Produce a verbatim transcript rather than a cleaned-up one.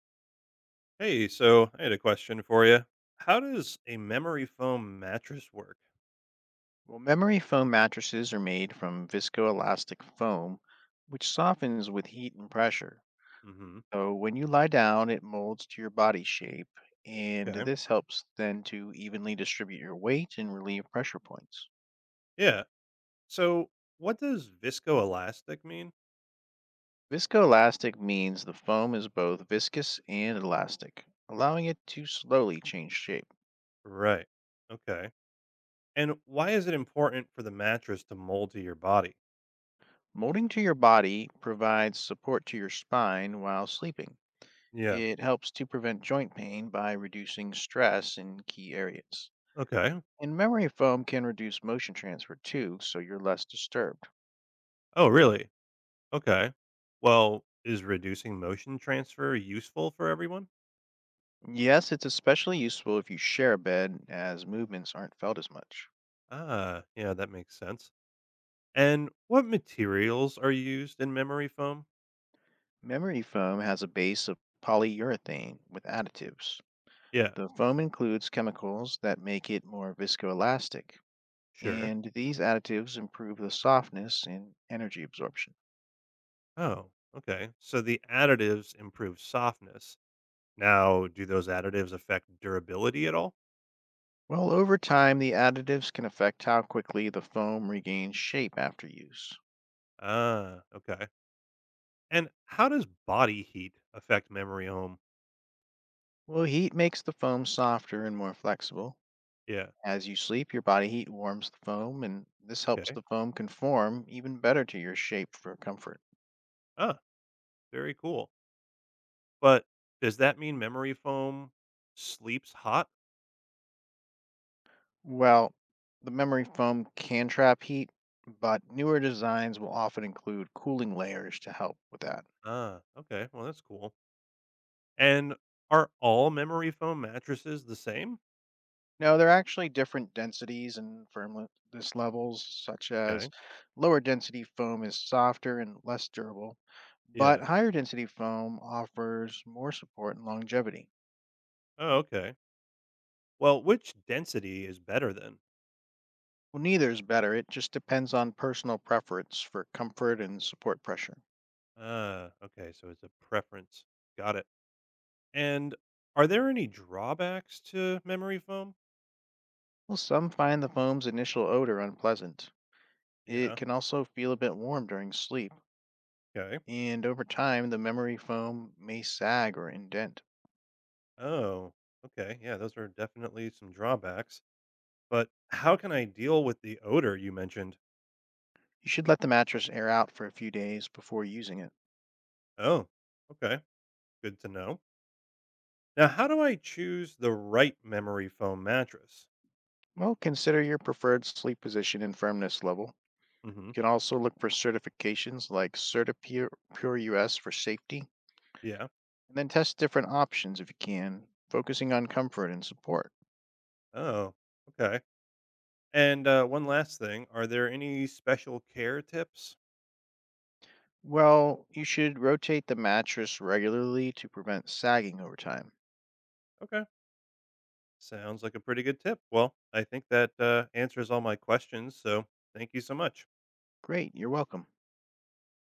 Hey, so I had a question for you. How does a memory foam mattress work? Well, memory foam mattresses are made from viscoelastic foam, which softens with heat and pressure. Hmm. So when you lie down, it molds to your body shape, and Okay. this helps then to evenly distribute your weight and relieve pressure points. Yeah. So, what does viscoelastic mean? Viscoelastic means the foam is both viscous and elastic, allowing it to slowly change shape. Right. Okay. And why is it important for the mattress to mold to your body? Molding to your body provides support to your spine while sleeping. Yeah. It helps to prevent joint pain by reducing stress in key areas. Okay. And memory foam can reduce motion transfer too, so you're less disturbed. Oh, really? Okay. Well, is reducing motion transfer useful for everyone? Yes, it's especially useful if you share a bed, as movements aren't felt as much. Ah, yeah, that makes sense. And what materials are used in memory foam? Memory foam has a base of polyurethane with additives. Yeah, The foam includes chemicals that make it more viscoelastic, sure. and these additives improve the softness and energy absorption. Oh, okay. So the additives improve softness. Now, do those additives affect durability at all? Well, over time, the additives can affect how quickly the foam regains shape after use. Ah, okay. And how does body heat affect memory foam? Well, heat makes the foam softer and more flexible. Yeah. As you sleep, your body heat warms the foam, and this helps the Okay. foam conform even better to your shape for comfort. Ah, very cool. But does that mean memory foam sleeps hot? Well, the memory foam can trap heat, but newer designs will often include cooling layers to help with that. Ah, okay. Well, that's cool. And are all memory foam mattresses the same? Now, there are actually different densities and firmness levels, such as Okay. lower density foam is softer and less durable, Yeah. but higher density foam offers more support and longevity. Oh, okay. Well, which density is better then? Well, neither is better. It just depends on personal preference for comfort and support pressure. Ah, okay. So it's a preference. Got it. And are there any drawbacks to memory foam? Well, some find the foam's initial odor unpleasant. It Yeah. can also feel a bit warm during sleep, Okay. and over time, the memory foam may sag or indent. Oh, okay. Yeah, those are definitely some drawbacks. But how can I deal with the odor you mentioned? You should let the mattress air out for a few days before using it. Oh, okay. Good to know. Now, how do I choose the right memory foam mattress? Well, consider your preferred sleep position and firmness level. Mm-hmm. You can also look for certifications like CertiPure Pure U S for safety, and Yeah. then test different options if you can, focusing on comfort and support. Oh, okay. And uh, one last thing, are there any special care tips? Well, you should rotate the mattress regularly to prevent sagging over time. Okay. Sounds like a pretty good tip. Well, I think that uh, answers all my questions. So thank you so much. Great, you're welcome.